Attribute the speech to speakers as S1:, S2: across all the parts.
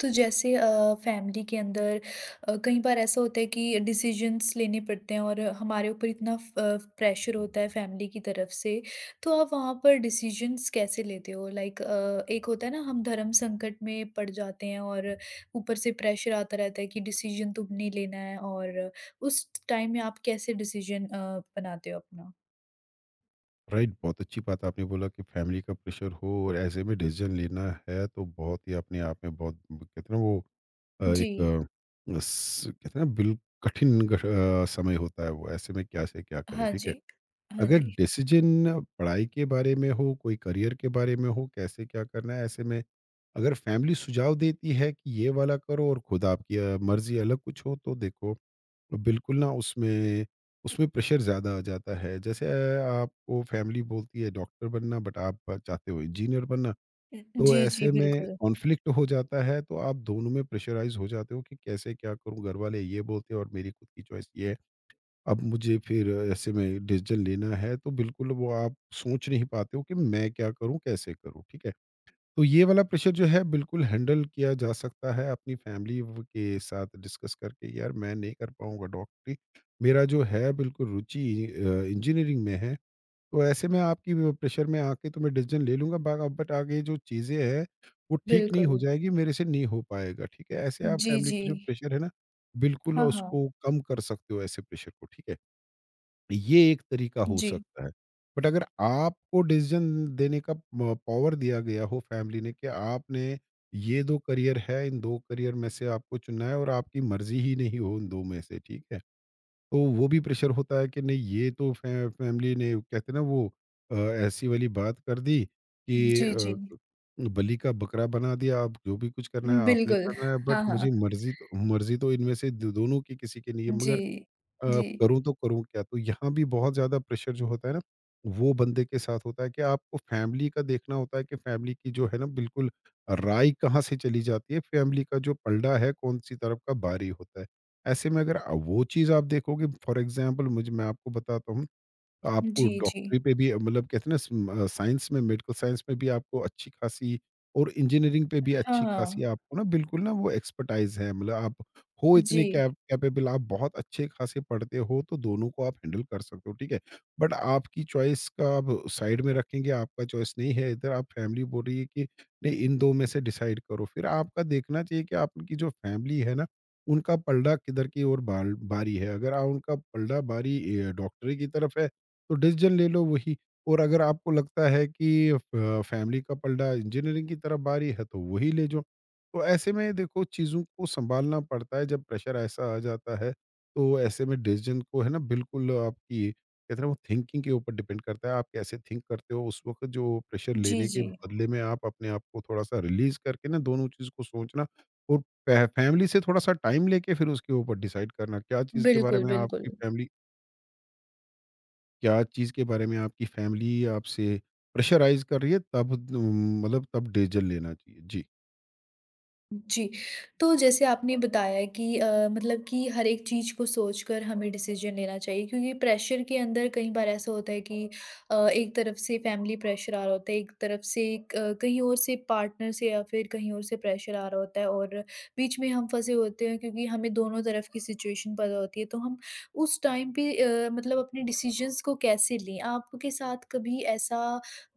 S1: तो जैसे फैमिली के अंदर कई बार ऐसा होता है कि डिसीजंस लेने पड़ते हैं और हमारे ऊपर इतना प्रेशर होता है फैमिली की तरफ से। तो आप वहाँ पर डिसीजंस कैसे लेते हो? लाइक एक होता है ना, हम धर्म संकट में पड़ जाते हैं और ऊपर से प्रेशर आता रहता है कि डिसीजन तुमने लेना है और उस टाइम में आप कैसे डिसीजन बनाते हो अपना।
S2: राइट, बहुत अच्छी बात आपने बोला कि फैमिली का प्रेशर हो और ऐसे में डिसीजन लेना है तो बहुत ही अपने आप में बहुत कहते हैं ना वो
S1: जी।
S2: कहते हैं ना बिल कठिन गठ- अ, समय होता है। वो ऐसे में क्या से क्या करे,
S1: हाँ
S2: ठीक है।
S1: जी। हाँ
S2: अगर
S1: जी,
S2: डिसीजन पढ़ाई के बारे में हो कोई करियर के बारे में हो कैसे क्या करना है, ऐसे में अगर फैमिली सुझाव देती है कि ये वाला करो और खुद आपकी मर्जी अलग कुछ हो तो देखो, बिल्कुल ना उसमें उसमें प्रेशर ज़्यादा आ जाता है। जैसे आपको फैमिली बोलती है डॉक्टर बनना बट आप चाहते हो इंजीनियर बनना। तो
S1: जी। जी
S2: ऐसे में
S1: बिल्कुल।
S2: कॉन्फ्लिक्ट हो जाता है, तो आप दोनों में प्रेशराइज़ हो जाते हो कि कैसे क्या करूँ? घर वाले ये बोलते हैं और मेरी खुद की चॉइस ये है। अब मुझे फिर ऐसे में डिसीज़न लेना है तो बिल्कुल वो आप सोच नहीं पाते हो कि मैं क्या करूँ? कैसे करूँ? ठीक है। तो ये वाला प्रेशर जो है बिल्कुल हैंडल किया जा सकता है अपनी फैमिली के साथ डिस्कस करके, यार मैं नहीं कर पाऊंगा डॉक्टरी, मेरा जो है बिल्कुल रुचि इंजीनियरिंग में है। तो ऐसे में आपकी वो प्रेशर में आके तो मैं डिसीजन ले लूंगा बट आगे जो चीज़ें हैं वो ठीक नहीं
S1: बिल्कुल।
S2: हो जाएगी, मेरे से नहीं हो पाएगा, ठीक है। ऐसे आप
S1: जी,
S2: फैमिली
S1: जी।
S2: को जो प्रेशर है ना, बिल्कुल
S1: हाँ, हाँ।
S2: उसको कम कर सकते हो, ऐसे प्रेशर को, ठीक है। ये एक तरीका हो
S1: जी,
S2: सकता है। बट अगर आपको डिसीज़न देने का म पावर दिया गया हो फैमिली ने कि आपने ये 2 करियर है, इन 2 करियर में से आपको चुनना है और आपकी मर्ज़ी ही नहीं हो उन 2 में से, ठीक है? तो वो भी प्रेशर होता है कि नहीं, ये तो फै फैमिली ने कहते हैं ना वो ऐसी वाली बात कर दी कि
S1: जी, जी।
S2: बलि का बकरा बना दिया, अब जो भी कुछ करना है आपने
S1: बिल्कुल,
S2: करना है बट
S1: हाँ, हाँ।
S2: मुझे मर्ज़ी तो इनमें से दो दोनों की किसी की नहीं है,
S1: जी,
S2: मगर
S1: जी।
S2: करूँ तो करूँ क्या? तो यहाँ भी बहुत ज़्यादा प्रेशर जो होता है ना, वो बंदे के साथ होता है कि आपको फैमिली का देखना होता है कि फैमिली की जो है ना बिल्कुल राय कहाँ से चली जाती है, फैमिली का जो पलड़ा है कौन-सी तरफ का भारी होता है। ऐसे में अगर वो चीज़ आप देखोगे, फॉर एग्ज़ाम्पल मुझे, मैं आपको बताता हूँ, आपको
S1: जी, जी।
S2: डॉक्टरी पे भी मतलब कहते हैं ना साइंस में, मेडिकल साइंस में भी आपको अच्छी खासी और इंजीनियरिंग पे भी
S1: हाँ,
S2: अच्छी खासी
S1: हाँ।
S2: आपको ना बिल्कुल ना वो एक्सपर्टाइज़ है। मतलब आप हो इतने
S1: जी,
S2: कैपेबल, आप बहुत अच्छे खासे पढ़ते हो तो दोनों को आप हैंडल कर सकते हो, ठीक है। बट आपकी चॉइस का आप साइड में रखेंगे, आपका चॉइस नहीं है इधर, आप फैमिली बोल रही है कि नहीं, इन 2 में से डिसाइड करो। फिर आपका देखना चाहिए कि आपकी जो फैमिली है ना, उनका पलड़ा किधर की ओर बाल बारी है। अगर आ उनका पलड़ा बारी डॉक्टरी की तरफ है तो डिसीजन ले लो वही, और अगर आपको लगता है कि फैमिली का पलड़ा इंजीनियरिंग की तरफ बारी है तो वही ले जाओ। तो ऐसे में देखो चीज़ों को संभालना पड़ता है जब प्रेशर ऐसा आ जाता है। तो ऐसे में डिसीजन को है ना बिल्कुल आपकी कहते हैं वो थिंकिंग के ऊपर डिपेंड करता है, आप कैसे थिंक करते हो उस वक्त। जो प्रेशर
S1: जी,
S2: लेने के
S1: जी।
S2: बदले में आप अपने आप को थोड़ा सा रिलीज करके ना दोनों चीज़ को सोचना और फैमिली से थोड़ा सा टाइम लेके फिर उसके ऊपर डिसाइड करना क्या चीज़ के बारे
S1: बिल्कुल,
S2: में
S1: बिल्कुल।
S2: आपकी फैमिली क्या चीज़ के बारे में आपकी फैमिली आपसे प्रेशराइज़ कर रही है, तब मतलब तब डीसीज़न लेना चाहिए? जी।
S1: जी, तो जैसे आपने बताया कि मतलब कि हर एक चीज़ को सोचकर हमें डिसीज़न लेना चाहिए, क्योंकि प्रेशर के अंदर कई बार ऐसा होता है कि एक तरफ से फैमिली प्रेशर आ रहा होता है, एक तरफ से क कहीं और से पार्टनर से या फिर कहीं और से प्रेशर आ रहा होता है, और बीच में हम फँसे होते हैं क्योंकि हमें दोनों तरफ की सिचुएशन पता होती है। तो हम उस टाइम पे मतलब अपने डिसीज़न्स को कैसे लें? आपके साथ कभी ऐसा,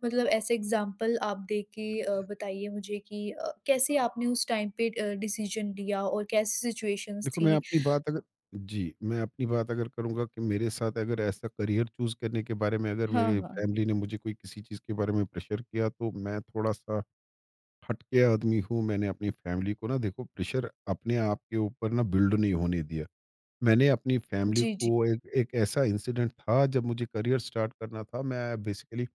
S1: मतलब ऐसे एग्ज़ाम्पल आप दे के बताइए मुझे कि कैसे आपने उस टाइम पे डिसीजन लिया और कैसी सिचुएशंस
S2: देखो, मैं
S1: थी?
S2: अपनी बात अगर जी, मैं अपनी बात अगर करूँगा कि मेरे साथ अगर ऐसा करियर चूज़ करने के बारे में अगर
S1: हाँ,
S2: मेरे
S1: हाँ।
S2: फैमिली ने मुझे कोई किसी चीज़ के बारे में प्रेशर किया, तो मैं थोड़ा-सा हट के आदमी हूँ। मैंने अपनी फैमिली को ना देखो प्रेशर अपने आप के ऊपर ना बिल्ड नहीं होने दिया। मैंने अपनी फैमिली
S1: जी, जी।
S2: को एक एक ऐसा इंसिडेंट था जब मुझे करियर स्टार्ट करना था। मैं बेसिकली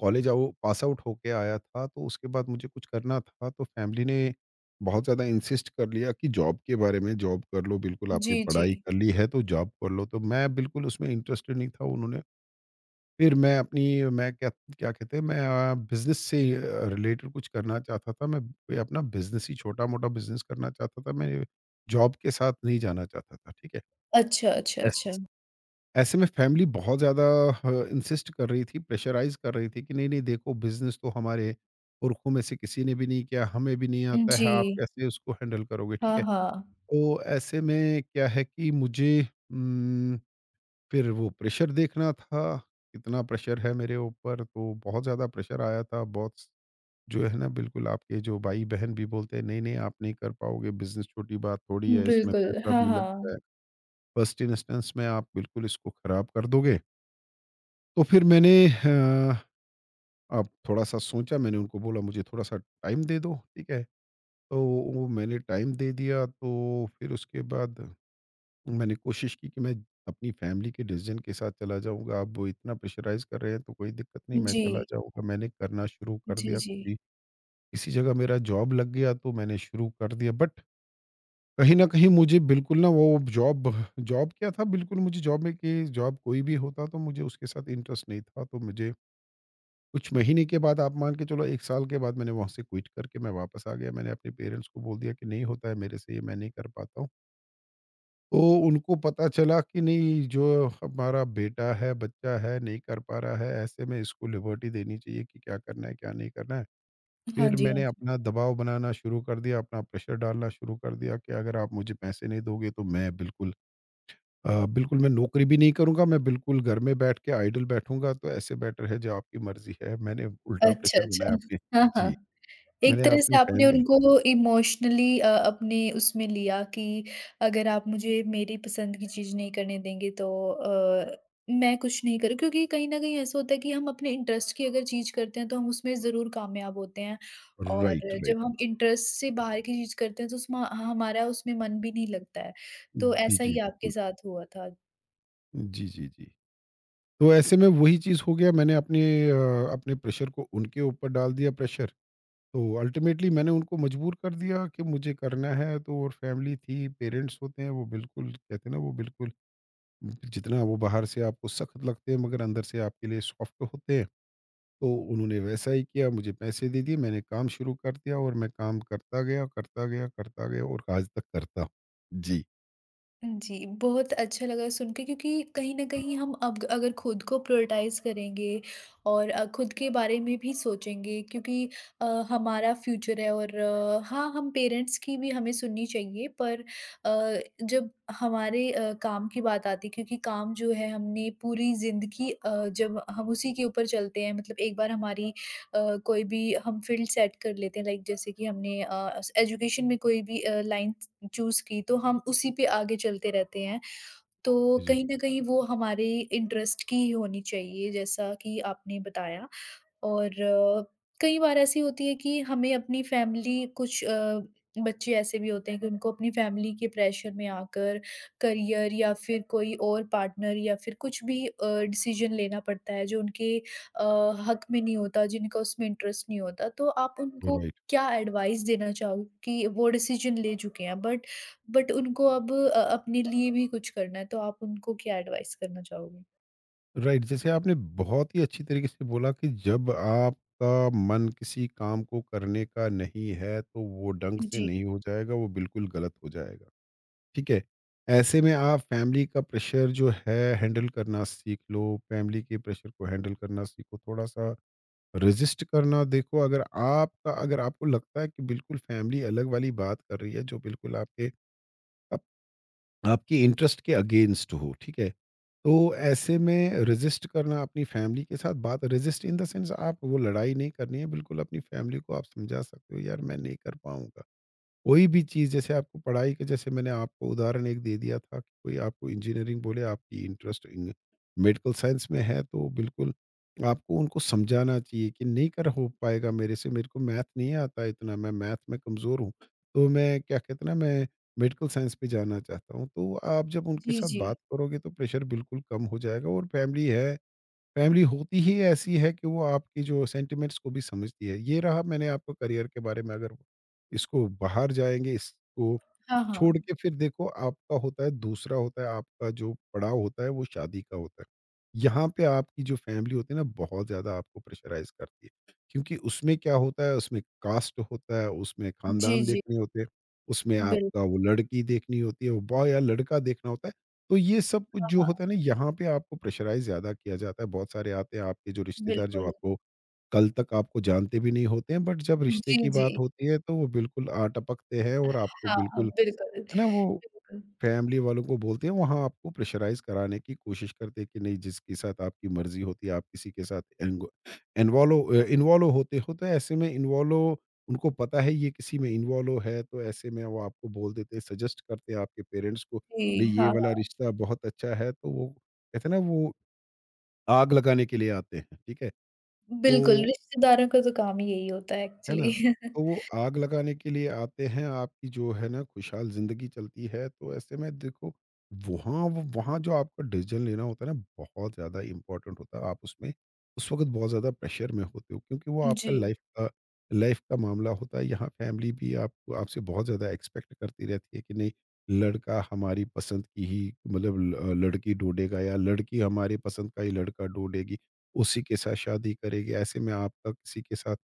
S2: कॉलेज आउ पास आउट होके आया था, तो उसके बाद मुझे कुछ करना था, तो फैमिली ने बहुत ज़्यादा इंसिस्ट कर लिया कि जॉब के बारे में, जॉब कर लो, बिल्कुल आपने
S1: जी, जी।
S2: पढ़ाई कर ली है तो जॉब कर लो। तो मैं बिल्कुल उसमें इंटरेस्टेड नहीं था। उन्होंने फिर मैं अपनी मैं क्या क्या कहते हैं मैं बिज़नेस से रिलेटेड कुछ करना चाहता था। मैं कोई अपना बिज़नेस ही छोटा-मोटा बिज़नेस करना चाहता था। मैं जॉब के साथ नहीं जाना चाहता था, ठीक है?
S1: अच्छा, अच्छा, अच्छा।
S2: यस। ऐसे में फैमिली बहुत ज़्यादा ह इंसिस्ट कर रही थी, प्रेशराइज़ कर रही थी कि नहीं, नहीं देखो, बिज़नेस तो हमारे पुरखों में से किसी ने भी नहीं किया, हमें भी नहीं आता
S1: जी।
S2: है, आप कैसे उसको हैंडल करोगे? ठीक
S1: हाँ,
S2: है।
S1: हाँ।
S2: तो ऐसे में क्या है कि मुझे उम, फिर वो प्रेशर देखना था, कितना प्रेशर है मेरे ऊपर, तो बहुत ज़्यादा प्रेशर आया था। बॉस जो है ना बिल्कुल आपके जो भाई-बहन भी बोलते हैं, "नहीं, नहीं आप नहीं कर पाओगे, बिज़नेस छोटी बात थोड़ी है, इसमें
S1: बिल्कुल।
S2: पैसा
S1: हाँ,
S2: भी लगता
S1: हाँ।
S2: है। फर्स्ट इंस्टेंस में आप बिल्कुल इसको खराब कर दोगे।" तो फिर मैंने अब थोड़ा-सा सोचा, मैंने उनको बोला मुझे थोड़ा-सा टाइम दे दो, ठीक है? तो वो मैंने टाइम दे दिया, तो फिर उसके बाद मैंने कोशिश की कि मैं अपनी फैमिली के डिसीज़न के साथ चला जाऊँगा। अब वो इतना प्रेशराइज़ कर रहे हैं तो कोई दिक्कत नहीं, मैं
S1: जी।
S2: चला जाऊँगा। मैंने करना शुरू कर
S1: जी,
S2: दिया
S1: जी।
S2: कि किसी जगह मेरा जॉब लग गया तो मैंने शुरू कर दिया, बट कहीं न कहीं मुझे बिल्कुल ना वो जॉब जॉब क्या था बिल्कुल मुझे जॉब में कि जॉब कोई भी होता तो मुझे उसके साथ इंटरेस्ट नहीं था। तो मुझे कुछ महीने के बाद, आप मान के चलो 1 साल के बाद, मैंने वहाँ से क्विट करके मैं वापस आ गया। मैंने अपने पेरेंट्स को बोल दिया कि नहीं होता है मेरे से ये, मैं नहीं कर पाता हूँ। तो उनको पता चला कि नहीं, जो हमारा बेटा है, बच्चा है, नहीं कर पा रहा है, ऐसे में इसको लिबर्टी देनी चाहिए कि क्या करना है, क्या नहीं करना है।
S1: हाँ
S2: फिर
S1: जी, हाँ
S2: मैंने
S1: जी।
S2: अपना दबाव बनाना शुरू कर दिया, अपना प्रेशर डालना शुरू कर दिया कि अगर आप मुझे पैसे नहीं दोगे तो मैं बिल्कुल बिल्कुल मैं नौकरी भी नहीं करूँगा, मैं बिल्कुल घर में बैठ के आइडल बैठूँगा, तो ऐसे बेटर है जो आपकी मर्ज़ी है। मैंने उल्टा
S1: अच्छा,
S2: प्रेशर बनाया
S1: अच्छा।
S2: अपने।
S1: हाँ, हाँ।
S2: जी,
S1: एक
S2: मैंने
S1: तरह से
S2: अपनी
S1: आपने
S2: फैमिली
S1: उनको इमोशनली अपने उसमें लिया कि अगर आप मुझे मेरी पसंद की चीज़ नहीं करने देंगे तो मैं कुछ नहीं करूँ, क्योंकि कहीं न कहीं ऐसा होता है कि हम अपने इंटरेस्ट की अगर चीज़ करते हैं तो हम उसमें ज़रूर कामयाब होते हैं, और
S2: राइट,
S1: जब
S2: राइट।
S1: हम इंटरेस्ट से बाहर की चीज़ करते हैं तो उसमें हमारा उसमें मन भी नहीं लगता है। तो
S2: जी,
S1: ऐसा
S2: जी,
S1: ही आपके
S2: बिल्कुल।
S1: साथ हुआ था।
S2: जी, जी, जी। तो ऐसे में वही चीज़ हो गया, मैंने अपने अ, अपने प्रेशर को उनके ऊपर डाल दिया प्रेशर। तो अल्टीमेटली मैंने उनको मजबूर कर दिया कि मुझे करना है, तो और फैमिली थी, पेरेंट्स होते हैं वो बिल्कुल कहते हैं ना वो बिल्कुल जितना वो बाहर से आपको सख्त लगते हैं मगर अंदर से आपके लिए सॉफ्ट होते हैं। तो उन्होंने वैसा ही किया, मुझे पैसे दे दिए, मैंने काम शुरू कर दिया और मैं काम करता गया, करता गया, करता गया और आज तक करता हूँ। जी,
S1: जी, बहुत अच्छा लगा सुन के, क्योंकि कहीं न
S2: जी।
S1: कहीं हम अब अगर खुद को प्रायोरिटाइज़ करेंगे और खुद के बारे में भी सोचेंगे, क्योंकि अ, हमारा फ्यूचर है, और हाँ, हम पेरेंट्स की भी हमें सुननी चाहिए, पर जब हमारे काम की बात आती है, क्योंकि काम जो है हमने पूरी ज़िंदगी जब हम उसी के ऊपर चलते हैं, मतलब एक बार हमारी कोई भी हम फ़ील्ड सेट कर लेते हैं, लाइक जैसे कि हमने एजुकेशन में कोई भी लाइन चूज़ की, तो हम उसी पे आगे चलते रहते हैं। तो
S2: जी,
S1: कहीं न कहीं वो हमारे इंटरेस्ट की ही होनी चाहिए, जैसा कि आपने बताया। और कई बार ऐसी होती है कि हमें अपनी फैमिली कुछ बच्चे ऐसे भी होते हैं कि उनको अपनी फैमिली के प्रेशर में आकर करियर या फिर कोई और पार्टनर या फिर कुछ भी डिसीजन लेना पड़ता है जो उनके अ, हक में नहीं होता, जिनका उसमें इंटरेस्ट नहीं होता। तो आप उनको
S2: राइट।
S1: क्या एडवाइस देना चाहो कि वो डिसीजन ले चुके हैं बट उनको अब अपने लिए भी कुछ करना है, तो आप उनको क्या एडवाइस करना चाहोगे?
S2: राइट, जैसे आपने बहुत ही अच्छी तरीके से बोला कि जब आपका मन किसी काम को करने का नहीं है, तो वो ढंग से
S1: जी,
S2: नहीं हो जाएगा, वो बिल्कुल गलत हो जाएगा, ठीक है? ऐसे में आप फैमिली का प्रेशर जो है हैंडल करना सीख लो, फैमिली के प्रेशर को हैंडल करना सीखो, थोड़ा-सा रेज़िस्ट करना देखो। अगर आपको लगता है कि बिल्कुल फैमिली अलग वाली बात कर रही है जो बिल्कुल आप, आपकी इंटरेस्ट के अगेंस्ट हो, ठीक है? तो ऐसे में रेज़िस्ट करना अपनी फैमिली के साथ बात, रेज़िस्ट इन द सेंस, आप वो लड़ाई नहीं करनी है, बिल्कुल अपनी फैमिली को आप समझा सकते हो यार मैं नहीं कर पाऊँगा। कोई भी चीज़ जैसे आपको पढ़ाई के, जैसे मैंने आपको उदाहरण एक दे दिया था कि कोई आपको इंजीनियरिंग बोले, आपकी इंटरेस्ट इन मेडिकल साइंस में है, तो बिल्कुल आपको उनको समझाना चाहिए कि नहीं कर हो पाएगा मेरे से, मेरे को मैथ नहीं आता इतना, मैं मैथ में कमज़ोर हूँ, तो मैं, क्या कहते हैं ना, मैं मेडिकल साइंस पे जाना चाहता हूँ। तो आप जब उनके
S1: जी,
S2: साथ
S1: जी।
S2: बात करोगे, तो प्रेशर बिल्कुल कम हो जाएगा। और फैमिली है, फैमिली होती ही ऐसी है कि वो आपकी जो सेंटिमेंट्स को भी समझती है। ये रहा, मैंने आपको करियर के बारे में, अगर इसको बाहर जाएँगे, इसको
S1: हाँ,
S2: छोड़
S1: हाँ।
S2: के फिर देखो, आपका होता है दूसरा, होता है आपका जो पड़ाव होता है वो शादी का होता है। यहाँ पे आपकी जो फैमिली होती है ना, बहुत ज़्यादा आपको प्रेशराइज़ करती है। क्योंकि उसमें क्या होता है, उसमें कास्ट होता है, उसमें
S1: जी,
S2: खानदान
S1: जी।
S2: देखने होते हैं, उसमें
S1: बिल
S2: आपका वो लड़की देखनी होती है, वो बॉय या लड़का देखना होता है। तो ये सब कुछ जो
S1: हाँ,
S2: होता है ना, यहाँ पे आपको प्रेशराइज़ ज़्यादा किया जाता है। बहुत सारे आते हैं आपके जो रिश्तेदार, जो
S1: बिल्कुल।
S2: आपको कल तक आपको जानते भी नहीं होते हैं, बट जब रिश्ते
S1: जी,
S2: की
S1: जी।
S2: बात होती है, तो वो बिल्कुल टपकते हैं और आपको
S1: हाँ, हाँ,
S2: बिल्कुल, है
S1: बिल्कुल,
S2: ना, वो
S1: बिल्कुल।
S2: फैमिली वालों को बोलते हैं। वहाँ आपको प्रेशराइज़ कराने की कोशिश करते हैं कि नहीं, जिसके साथ आपकी मर्ज़ी होती है, आप किसी के साथ इन्वॉल्व इन्वॉल्व होते हो, तो ऐसे में इन्वॉल्व, उनको पता है ये किसी में इन्वॉल्व है, तो ऐसे में वो आपको बोल देते हैं, सजेस्ट करते हैं आपके पेरेंट्स को
S1: जी,
S2: नहीं, ये
S1: हाँ,
S2: वाला
S1: हाँ,
S2: रिश्ता बहुत अच्छा है। तो वो, कहते हैं ना, वो आग लगाने के लिए आते हैं, ठीक है? तो,
S1: बिल्कुल, रिश्तेदारों का तो काम ही यही होता है
S2: है ना?
S1: एक्चुअली।
S2: तो वो आग लगाने के लिए आते हैं, आपकी जो है ना खुशहाल ज़िंदगी चलती है, तो ऐसे में देखो, वहाँ वो वहाँ जो आपका डिसीज़न लेना होता है ना, बहुत ज़्यादा इम्पोर्टेंट होता है। आप उसमें उस वक़्त बहुत ज़्यादा प्रेशर में होते हो, क्योंकि वो आपका
S1: जी,
S2: लाइफ़ का, लाइफ़ का मामला होता है। यहाँ फैमिली भी आपको आपसे बहुत ज़्यादा एक्सपेक्ट करती रहती है कि नहीं, लड़का हमारी पसंद की ही, मतलब ल लड़की ढूँढेगा, या लड़की हमारी पसंद का ही लड़का ढूँढेगी, उसी के साथ शादी करेगी। ऐसे में आपका किसी के साथ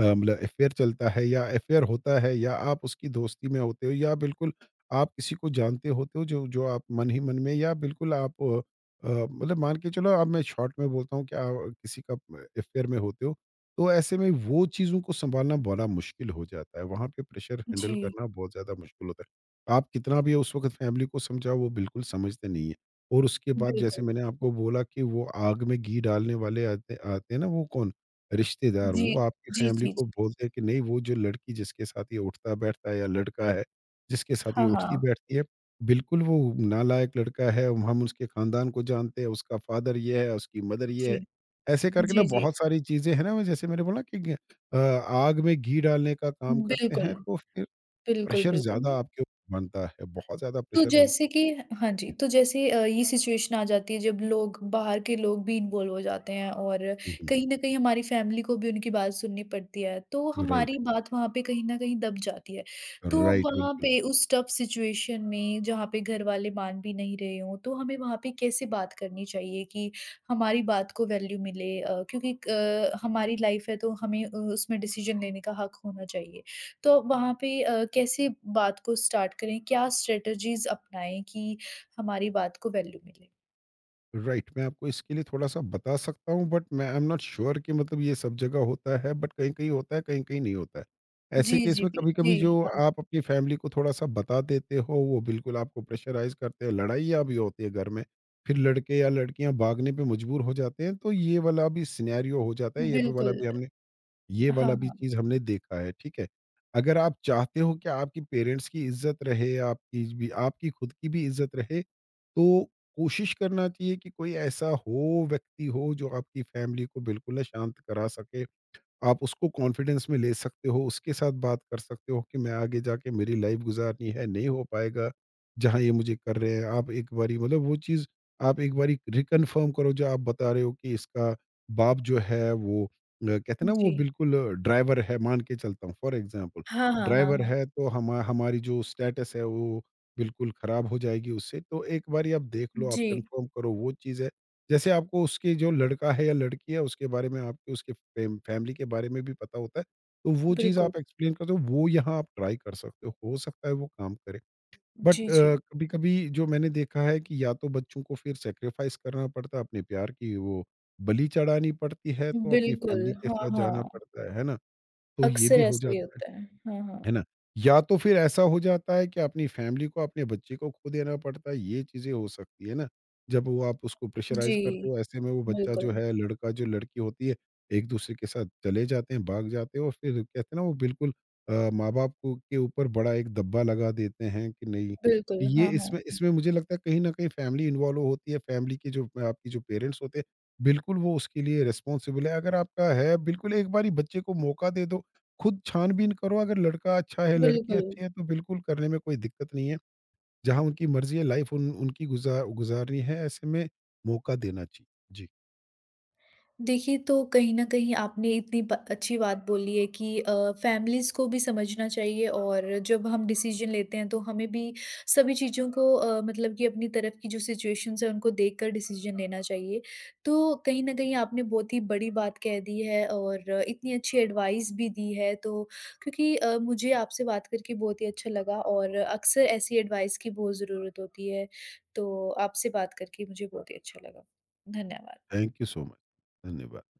S2: मतलब अफ़ेयर चलता है या अफ़ेयर होता है, या आप उसकी दोस्ती में होते हो, या बिल्कुल आप किसी को जानते होते हो, जो जो आप मन ही मन में, या बिल्कुल आप मतलब, मान के चलो, अब मैं शॉर्ट में बोलता हूँ कि आप किसी का अफ़ेयर में होते हो। तो ऐसे में वो चीज़ों को सँभालना बड़ा मुश्किल हो जाता है। वहाँ पे प्रेशर हैंडल
S1: जी,
S2: करना बहुत ज़्यादा मुश्किल होता है। आप कितना भी उस वक़्त फैमिली को समझाओ, वो बिल्कुल समझते नहीं है। और उसके बाद जैसे
S1: बिल्कुल।
S2: मैंने आपको बोला कि वो आग में घी डालने वाले आते आते हैं ना, वो कौन? रिश्तेदार।
S1: जी,
S2: वो आपकी
S1: जी,
S2: फैमिली
S1: जी, जी।
S2: को बोलते हैं कि नहीं, वो जो लड़की जिसके साथ ये उठता-बैठता है, या लड़का है, जिसके साथ ये
S1: हाँ, हाँ।
S2: उठती-बैठती है, बिल्कुल वो नालायक लड़का है, हम उसके खानदान को जानते हैं, उसका फादर ये है, उसकी मदर ये
S1: जी,
S2: है। ऐसे करके ना
S1: जी, जी।
S2: बहुत सारी चीज़ें हैं ना, वो जैसे मैंने बोला कि आग में घी डालने का काम करते
S1: बिल्कुल,
S2: हैं। तो फिर
S1: बिल्कुल,
S2: प्रेशर
S1: बिल्कुल।
S2: ज़्यादा आपके ऊपर बनता है, बहुत ज़्यादा
S1: तो
S2: प्रेशर बनता
S1: जैसे कि हाँ जी,
S2: है।
S1: तो जैसे ये सिचुएशन आ जाती है जब लोग, बाहर के लोग भी इन्वॉल्व हो जाते हैं, और
S2: हुँ, हुँ।
S1: कहीं न कहीं हमारी फैमिली को भी उनकी बात सुननी पड़ती है, तो
S2: राइट,
S1: हमारी बात वहाँ पे कहीं न कहीं दब जाती है। तो
S2: राइट,
S1: वहाँ
S2: बिल्कुल।
S1: पे उस टफ सिचुएशन में, जहाँ पे घर वाले मान भी नहीं रहे हों, तो हमें वहाँ पे कैसे बात करनी चाहिए कि हमारी बात को वैल्यू मिले? क्योंकि क हमारी लाइफ़ है तो हमें उसमें डिसीज़न लेने का हक होना चाहिए। तो वहाँ पे कैसे बात को स्टार्ट करें? क्या स्ट्रैटेजीज़ अपनाएँ कि हमारी बात को वैल्यू मिले?
S2: राइट, मैं आपको इसके लिए थोड़ा-सा बता सकता हूँ, बट मैं आई एम नॉट श्योर कि मतलब ये सब जगह होता है, बट कहीं-कहीं होता है, कहीं-कहीं नहीं होता है। ऐसे
S1: जी,
S2: केस
S1: जी,
S2: में
S1: बिल जी,
S2: कभी-कभी जो
S1: हाँ,
S2: आप अपनी फैमिली को थोड़ा-सा बता देते हो, वो बिल्कुल आपको प्रेशराइज़ करते हैं, लड़ाइयाँ भी होती है घर में। फिर लड़के या लड़कियाँ भागने पे मजबूर हो जाते हैं, तो ये वाला भी सिनेरियो हो जाता है,
S1: बिल्कुल।
S2: ये
S1: हाँ,
S2: वाला भी
S1: हाँ,
S2: चीज़ हमने देखा है, ठीक है? अगर आप चाहते हो कि आपकी पेरेंट्स की इज़्ज़त रहे, आपकी भी, आपकी खुद की भी इज़्ज़त रहे, तो कोशिश करना चाहिए कि कोई ऐसा हो, व्यक्ति हो, जो आपकी फैमिली को बिल्कुल ना शांत करा सके। आप उसको कॉन्फिडेंस में ले सकते हो, उसके साथ बात कर सकते हो कि मैं आगे जाके मेरी लाइफ गुज़ारनी है, नहीं हो पाएगा, जहाँ ये मुझे कर रहे हैं। आप एक बारी मतलब वो चीज़, आप एक बारी रिकन्फर्म करो जो आप बता रहे हो कि इसका बाप जो है वो, कहते हैं ना, वो
S1: जी।
S2: बिल्कुल ड्राइवर है, मान के चलता हूँ फॉर एग्ज़ाम्पल,
S1: हाँ, हाँ, हाँ,
S2: ड्राइवर
S1: हाँ।
S2: है तो हमारी जो स्टेटस है वो बिल्कुल ख़राब हो जाएगी उससे। तो एक बारी आप देख लो, आप
S1: जी,
S2: कन्फर्म करो वो चीज़ है। जैसे आपको उसके जो लड़का है या लड़की है उसके बारे में, आपके उसके फैमिली के बारे में भी पता होता है, तो वो चीज़
S1: बिल्कुल।
S2: आप एक्सप्लेन करते हो, वो यहाँ आप ट्राई कर सकते हो सकता है वो काम करे। बट
S1: जी, जी।
S2: कभी कभी जो मैंने देखा है कि या तो बच्चों को फिर सेक्रीफाइस करना पड़ता है, अपने प्यार की वो बलि चढ़ानी पड़ती है, तो अपनी
S1: बिल्कुल,
S2: फैमिली के
S1: हाँ,
S2: साथ जाना
S1: हाँ।
S2: पड़ता है ना? तो ये
S1: अक्सर
S2: भी हो
S1: ऐसा ही
S2: जाता है
S1: होता है। हाँ, हाँ।
S2: है ना? या तो फिर ऐसा हो जाता है कि अपनी फैमिली को, अपने बच्चे को खो देना पड़ता है, ये चीज़ें हो सकती है ना? जब वो आप उसको
S1: जी,
S2: प्रेशराइज़ करते हो, ऐसे में वो बच्चा जो
S1: बिल्कुल,
S2: है, लड़का जो लड़की होती है, एक-दूसरे के साथ चले जाते हैं, भाग जाते हैं, और फिर कहते हैं ना वो बिल्कुल माँ-बाप को के ऊपर बड़ा एक दब्बा लगा देते हैं कि नहीं,
S1: बिल्कुल।
S2: ये
S1: हाँ, हाँ,
S2: इसमें
S1: हाँ।
S2: इसमें मुझे लगता है कहीं न कहीं फैमिली इन्वॉल्व होती है, फैमिली के जो, आपके जो पेरेंट्स होते हैं, बिल्कुल वो उसके लिए रिस्पॉन्सिबल है। अगर आपका है, बिल्कुल एक बारी बच्चे को मौका दे दो, खुद छान-बीन करो, अगर लड़का अच्छा है, लड़की
S1: बिल्कुल।
S2: अच्छी है, तो बिल्कुल करने में कोई दिक्कत नहीं है। जहाँ उनकी मर्ज़ी है, लाइफ़ उन, उनकी गुज़ारनी है, ऐसे में मौका देना चाहिए। जी,
S1: देखिए, तो कहीं न कहीं आपने इतनी ब अच्छी बात बोली है कि फैमिलीज़ को भी समझना चाहिए, और जब हम डिसीज़न लेते हैं, तो हमें भी सभी चीज़ों को, मतलब कि अपनी तरफ की जो सिचुएशंस हैं, उनको देख कर डिसीज़न लेना चाहिए। तो कहीं न कहीं आपने बहुत ही बड़ी बात कह दी है, और इतनी अच्छी एडवाइस भी दी है, तो क्योंकि मुझे आपसे बात करके बहुत ही अच्छा लगा, और अक्सर ऐसी एडवाइस की बहुत ज़रूरत होती है। तो आपसे बात करके मुझे बहुत ही अच्छा लगा। धन्यवाद।
S2: Thank you so much. धन्यवाद।